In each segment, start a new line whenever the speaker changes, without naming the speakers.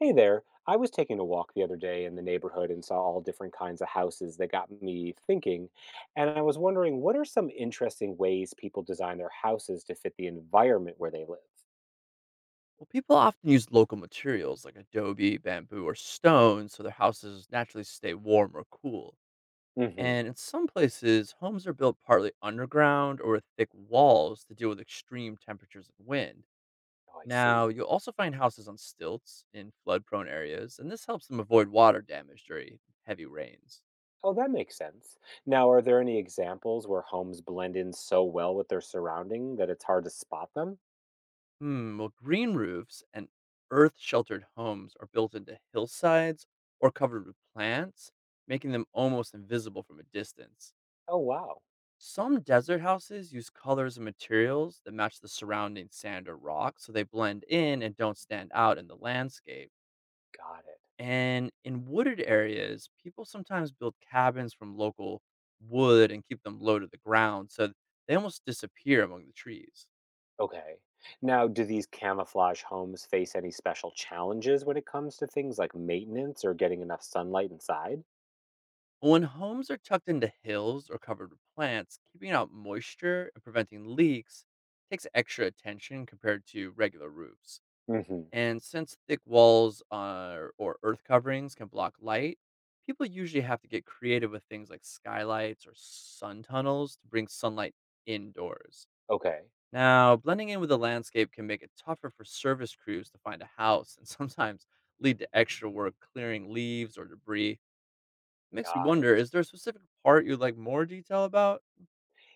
Hey there. I was taking a walk the other day in the neighborhood and saw all different kinds of houses that got me thinking. And I was wondering, what are some interesting ways people design their houses to fit the environment where they live?
Well, people often use local materials like adobe, bamboo, or stone so their houses naturally stay warm or cool.
Hmm.
And in some places, homes are built partly underground or with thick walls to deal with extreme temperatures and wind.
Oh, I see.
Now, you'll also find houses on stilts in flood prone areas, and this helps them avoid water damage during heavy rains.
Oh, that makes sense. Now, are there any examples where homes blend in so well with their surrounding that it's hard to spot them?
Hmm, well, green roofs and earth sheltered homes are built into hillsides or covered with plants, making them almost invisible from a distance.
Oh, wow.
Some desert houses use colors and materials that match the surrounding sand or rock so they blend in and don't stand out in the landscape.
Got it.
And in wooded areas, people sometimes build cabins from local wood and keep them low to the ground so they almost disappear among the trees.
Okay. Now, do these camouflage homes face any special challenges when it comes to things like maintenance or getting enough sunlight inside?
When homes are tucked into hills or covered with plants, keeping out moisture and preventing leaks takes extra attention compared to regular roofs.
Hmm.
And since thick walls are, or earth coverings can block light, people usually have to get creative with things like skylights or sun tunnels to bring sunlight indoors.
Okay,
Now, blending in with the landscape can make it tougher for service crews to find a house and sometimes lead to extra work clearing leaves or debris. Makes me
got
wonder,
it.
is there a specific part you'd like more detail about?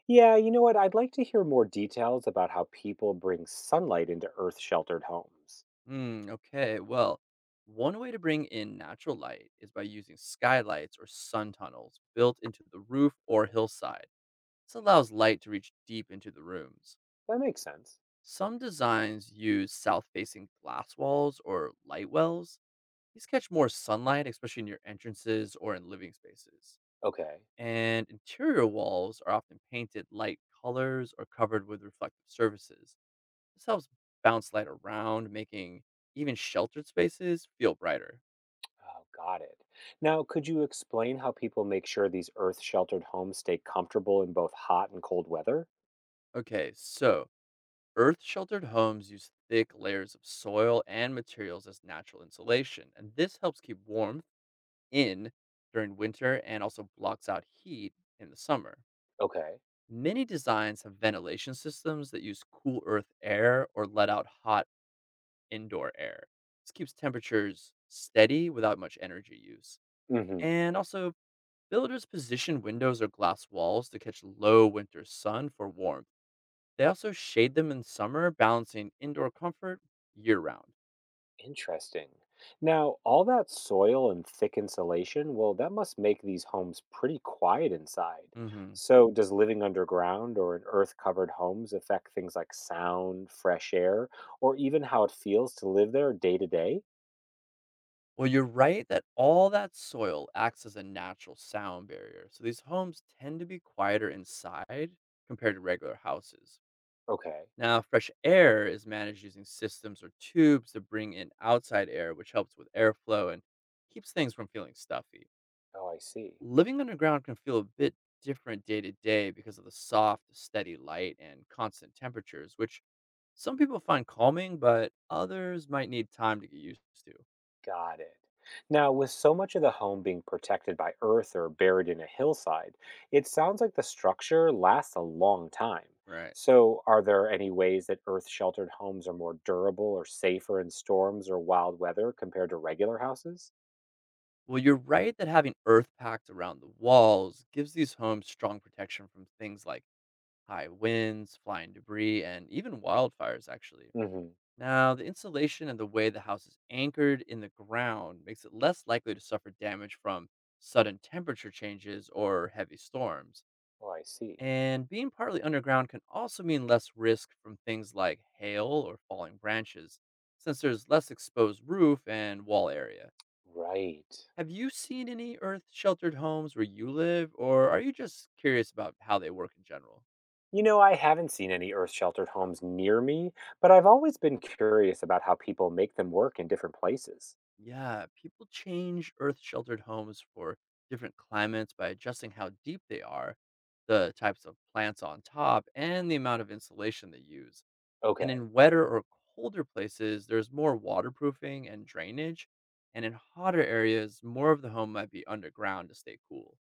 Yeah, you know what? I'd like to hear more details about how people bring sunlight into Earth sheltered homes.
Mm, okay. Well, one way to bring in natural light is by using skylights or sun tunnels built into the roof or hillside. This allows light to reach deep into the rooms.
That makes sense.
Some designs use south facing glass walls or light wells. These catch more sunlight, especially near entrances or in living spaces.
Okay,
And interior walls are often painted light colors or covered with reflective surfaces. This helps bounce light around, making even sheltered spaces feel brighter.
oh, got it. Now, could you explain how people make sure these Earth sheltered homes stay comfortable in both hot and cold weather?
Okay, so earth sheltered homes use thick layers of soil and materials as natural insulation, and this helps keep warmth in during winter and also blocks out heat in the summer.
Okay.
Many designs have ventilation systems that use cool earth air or let out hot indoor air. This keeps temperatures steady without much energy use.
Hmm.
And also, builders position windows or glass walls to catch low winter sun for warmth. They also shade them in summer, balancing indoor comfort year round.
Interesting. Now, all that soil and thick insulation, well, that must make these homes pretty quiet inside.
Hmm.
So, does living underground or in earth covered homes affect things like sound, fresh air, or even how it feels to live there day to day?
Well, you're right that all that soil acts as a natural sound barrier. So these homes tend to be quieter inside compared to regular houses.
Okay.
Now, fresh air is managed using systems or tubes to bring in outside air, which helps with airflow and keeps things from feeling stuffy.
Oh, I see.
Living underground can feel a bit different day to day because of the soft, steady light and constant temperatures, which some people find calming, but others might need time to get used to.
Got it. Now, with so much of the home being protected by earth or buried in a hillside, it sounds like the structure lasts a long time.
Right.
So, are there any ways that earth sheltered homes are more durable or safer in storms or wild weather compared to regular houses?
Well, you're right that having earth packed around the walls gives these homes strong protection from things like high winds, flying debris, and even wildfires, actually.
Hmm.
Now, the insulation and the way the house is anchored in the ground makes it less likely to suffer damage from sudden temperature changes or heavy storms.
Oh, I see.
And being partly underground can also mean less risk from things like hail or falling branches, since there's less exposed roof and wall area.
Right.
Have you seen any earth sheltered homes where you live, or are you just curious about how they work in general?
You know, I haven't seen any earth sheltered homes near me, but I've always been curious about how people make them work in different places.
Yeah, people change earth sheltered homes for different climates by adjusting how deep they are, the types of plants on top, and the amount of insulation they use. And
Okay.
in wetter or colder places, there's more waterproofing and drainage. And in hotter areas, more of the home might be underground to stay cool.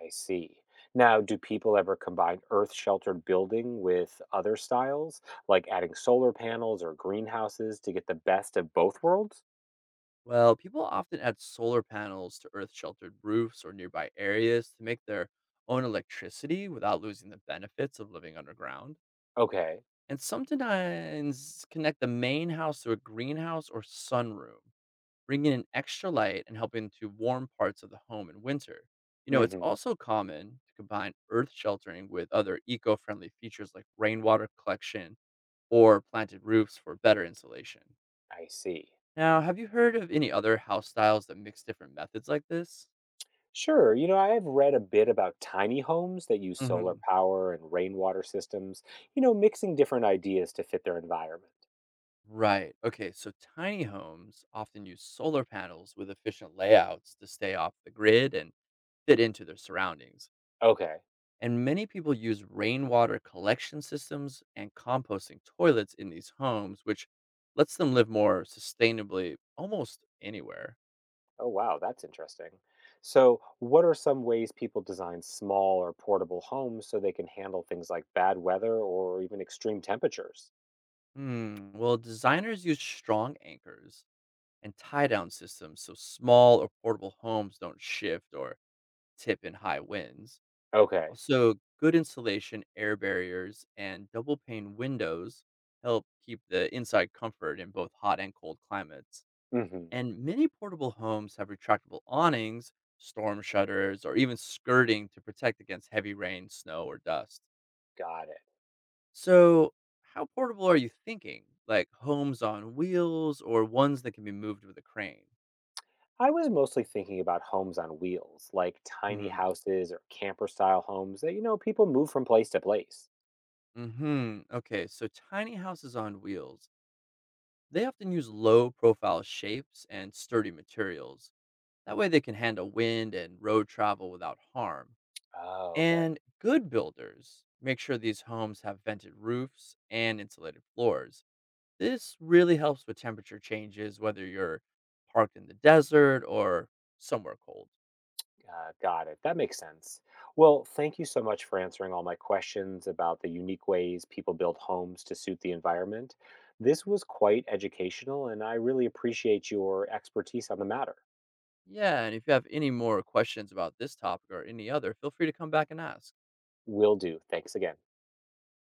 I see. Now, do people ever combine earth sheltered building with other styles, like adding solar panels or greenhouses to get the best of both worlds?
Well, people often add solar panels to earth sheltered roofs or nearby areas to make their own electricity without losing the benefits of living underground.
Okay.
And sometimes connect the main house to a greenhouse or sunroom, bringing in extra light and helping to warm parts of the home in winter. You know, it's
Hmm.
also common to combine earth sheltering with other eco friendly features like rainwater collection or planted roofs for better insulation.
I see.
Now, have you heard of any other house styles that mix different methods like this?
Sure. You know, I have read a bit about tiny homes that use solar
Hmm.
power and rainwater systems, mixing different ideas to fit their environment.
Right. Okay. So tiny homes often use solar panels with efficient layouts to stay off the grid and fit into their surroundings.
Okay.
And many people use rainwater collection systems and composting toilets in these homes, which lets them live more sustainably almost anywhere.
Oh, wow, that's interesting. So, what are some ways people design small or portable homes so they can handle things like bad weather or even extreme temperatures?
Hmm. Well, designers use strong anchors and tie down systems so small or portable homes don't shift or tip in high winds.
Okay.
Also, good insulation, air barriers, and double pane windows help keep the inside comfort in both hot and cold climates.
Hmm.
And many portable homes have retractable awnings, storm shutters, or even skirting to protect against heavy rain, snow, or dust.
Got it.
So, how portable are you thinking? Like homes on wheels or ones that can be moved with a crane?
I was mostly thinking about homes on wheels, like tiny
Hmm.
houses or camper style homes that people move from place to place.
Hmm. Okay. So tiny houses on wheels. They often use low-profile shapes and sturdy materials. That way, they can handle wind and road travel without harm.
Oh, okay.
And good builders make sure these homes have vented roofs and insulated floors. This really helps with temperature changes, whether you're parked in the desert or somewhere cold.
Got it. That makes sense. Well, thank you so much for answering all my questions about the unique ways people build homes to suit the environment. This was quite educational, and I really appreciate your expertise on the matter.
Yeah, and if you have any more questions about this topic or any other, feel free to come back and ask.
Will do. Thanks again.